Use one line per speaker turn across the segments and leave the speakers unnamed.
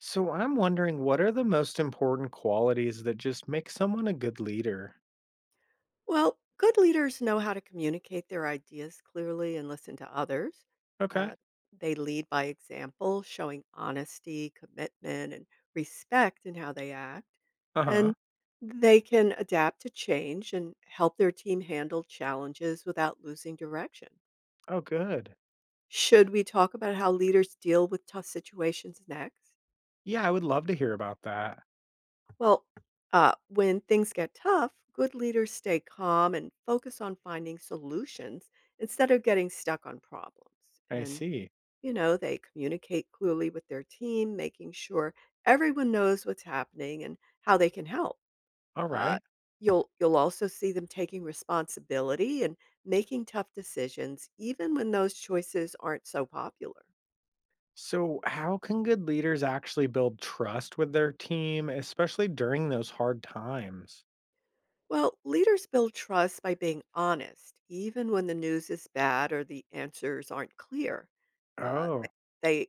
So I'm wondering, what are the most important qualities that just make someone a good leader?
Well, good leaders know how to communicate their ideas clearly and listen to others.
Okay.
Uh, they lead by example, showing honesty, commitment, and respect in how they act.
Uh-huh.
And they can adapt to change and help their team handle challenges without losing direction.
Oh, good.
Should we talk about how leaders deal with tough situations next?
Yeah, I would love to hear about that.
Well, when things get tough, good leaders stay calm and focus on finding solutions instead of getting stuck on problems.
I
And,
see.
you know, they communicate clearly with their team, making sure everyone knows what's happening and how they can help.
All
Uh,
right.
you'll also see them taking responsibility and making tough decisions even when those choices aren't so popular.
So how can good leaders actually build trust with their team, especially during those hard times?
Well, leaders build trust by being honest, even when the news is bad or the answers aren't clear. Uh,
Oh,
th- they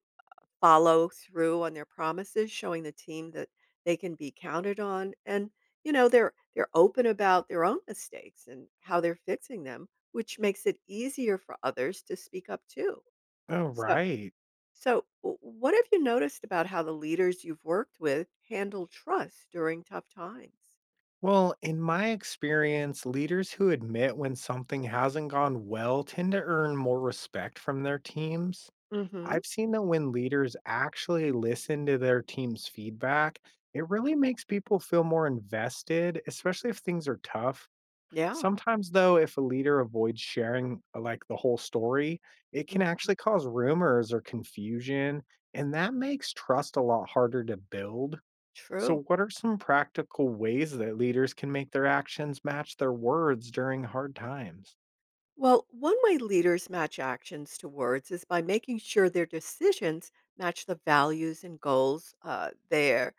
follow through on their promises, showing the team that they can be counted on, and you know they're open about their own mistakes and how they're fixing them, which makes it easier for others to speak up too.
oh
So,
right.
so what have you noticed about how the leaders you've worked with handle trust during tough times?
Well, in my experience, leaders who admit when something hasn't gone well tend to earn more respect from their teams.
Hmm.
I've seen that when leaders actually listen to their team's feedback, it really makes people feel more invested, especially if things are tough.
Yeah.
Sometimes, though, if a leader avoids sharing like the whole story, it can
Mm-hmm.
actually cause rumors or confusion, and that makes trust a lot harder to build.
True.
So, what are some practical ways that leaders can make their actions match their words during hard times?
Well, one way leaders match actions to words is by making sure their decisions match the values and goals they're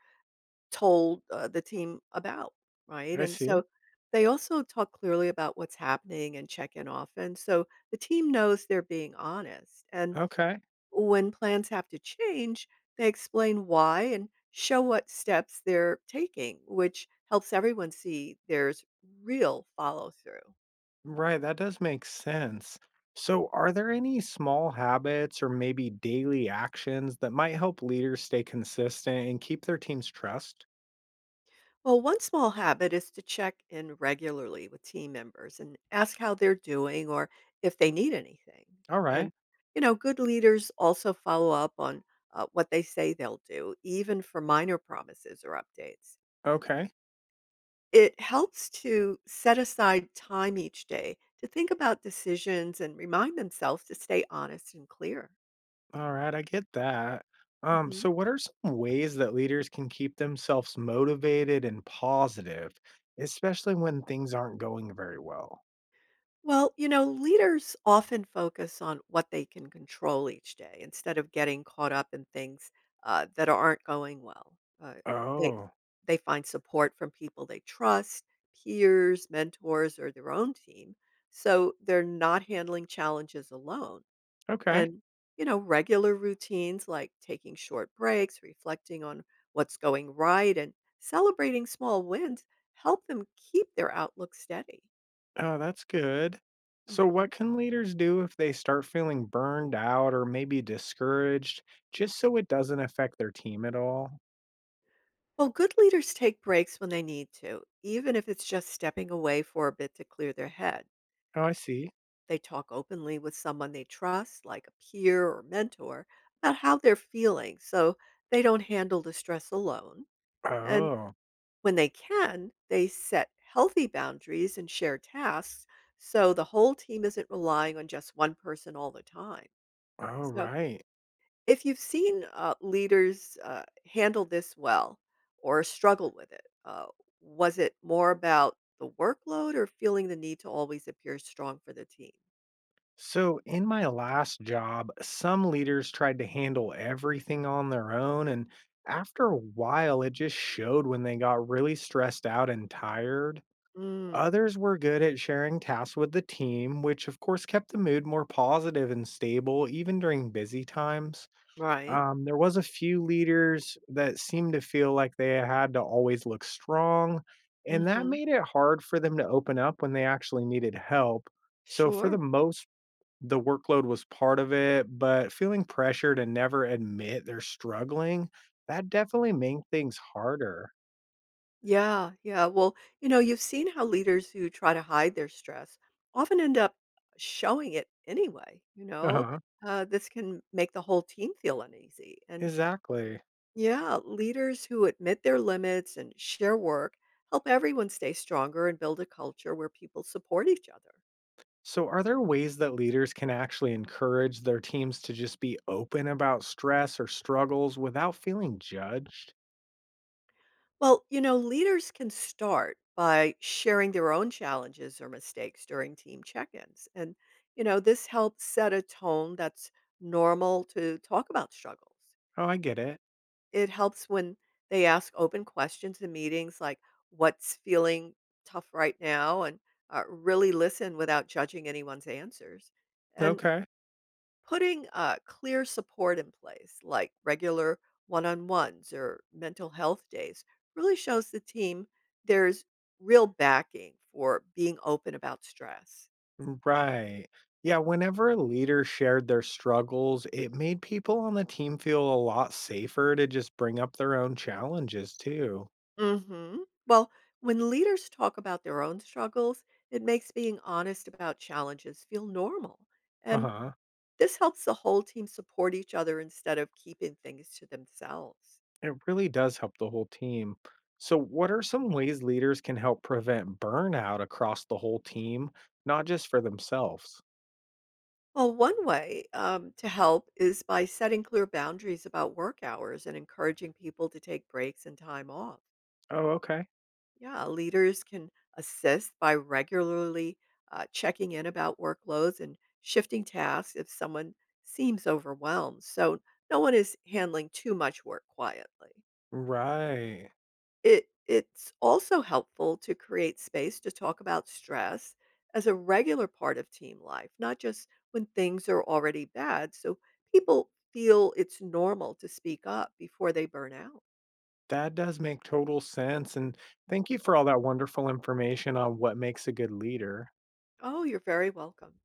told the team about, right?
I
And
see.
so they also talk clearly about what's happening and check in often. So the team knows they're being honest. And
Okay.
when plans have to change, they explain why and show what steps they're taking, which helps everyone see there's real follow through.
Right, that does make sense. So, are there any small habits or maybe daily actions that might help leaders stay consistent and keep their team's trust?
Well, one small habit is to check in regularly with team members and ask how they're doing or if they need anything.
All right.
And, you know, good leaders also follow up on what they say they'll do, even for minor promises or updates.
Okay.
It helps to set aside time each day to think about decisions and remind themselves to stay honest and clear.
All right, I get that. Um,
Mm-hmm.
so what are some ways that leaders can keep themselves motivated and positive, especially when things aren't going very well?
Well, leaders often focus on what they can control each day instead of getting caught up in things that aren't going well. They
Oh,
they find support from people they trust, peers, mentors, or their own team, so they're not handling challenges alone.
okay.
And regular routines like taking short breaks, reflecting on what's going right, and celebrating small wins help them keep their outlook steady.
Oh, that's good. So, what
Mhm.
can leaders do if they start feeling burned out or maybe discouraged, just so it doesn't affect their team at all?
Well, good leaders take breaks when they need to, even if it's just stepping away for a bit to clear their head.
Oh, I see.
They talk openly with someone they trust, like a peer or mentor, about how they're feeling so they don't handle the stress alone. And
Oh,
when they can, they set healthy boundaries and share tasks so the whole team isn't relying on just one person all the time.
all
So,
right.
if you've seen, leaders, handle this well or struggle with it, was it more about the workload or feeling the need to always appear strong for the team?
So, in my last job, some leaders tried to handle everything on their own. And after a while, it just showed when they got really stressed out and tired.
Mm,
Others were good at sharing tasks with the team, which of course kept the mood more positive and stable even during busy times.
right.
There was a few leaders that seemed to feel like they had to always look strong, and that
Mhm.
made it hard for them to open up when they actually needed help. So for
Sure.
the most, the workload was part of it, but feeling pressure to never admit they're struggling, that definitely made things harder.
Yeah, yeah. Well, you've seen how leaders who try to hide their stress often end up showing it anyway,
Uh-huh.
This can make the whole team feel uneasy, and
Exactly.
yeah, leaders who admit their limits and share work help everyone stay stronger and build a culture where people support each other.
So are there ways that leaders can actually encourage their teams to just be open about stress or struggles without feeling judged?
Well, leaders can start by sharing their own challenges or mistakes during team check ins. And, you know, this helps set a tone that's normal to talk about struggles.
Oh, I get
It
it.
it helps when they ask open questions in meetings like, what's feeling tough right now? And really listen without judging anyone's answers. And
Okay.
putting clear support in place, like regular one on ones or mental health days, really shows the team there's real backing for being open about stress.
Right. Yeah, whenever a leader shared their struggles, it made people on the team feel a lot safer to just bring up their own challenges too.
Hmm. Well, when leaders talk about their own struggles, it makes being honest about challenges feel normal. And
Uh-huh.
this helps the whole team support each other instead of keeping things to themselves.
It really does help the whole team. So, what are some ways leaders can help prevent burnout across the whole team, not just for themselves?
Well, one way to help is by setting clear boundaries about work hours and encouraging people to take breaks and time off.
Oh, okay.
Yeah, leaders can assist by regularly checking in about workloads and shifting tasks if someone seems overwhelmed. So no one is handling too much work quietly.
Right.
It's also helpful to create space to talk about stress as a regular part of team life, not just when things are already bad, so people feel it's normal to speak up before they burn out.
That does make total sense. And thank you for all that wonderful information on what makes a good leader.
Oh, you're very welcome.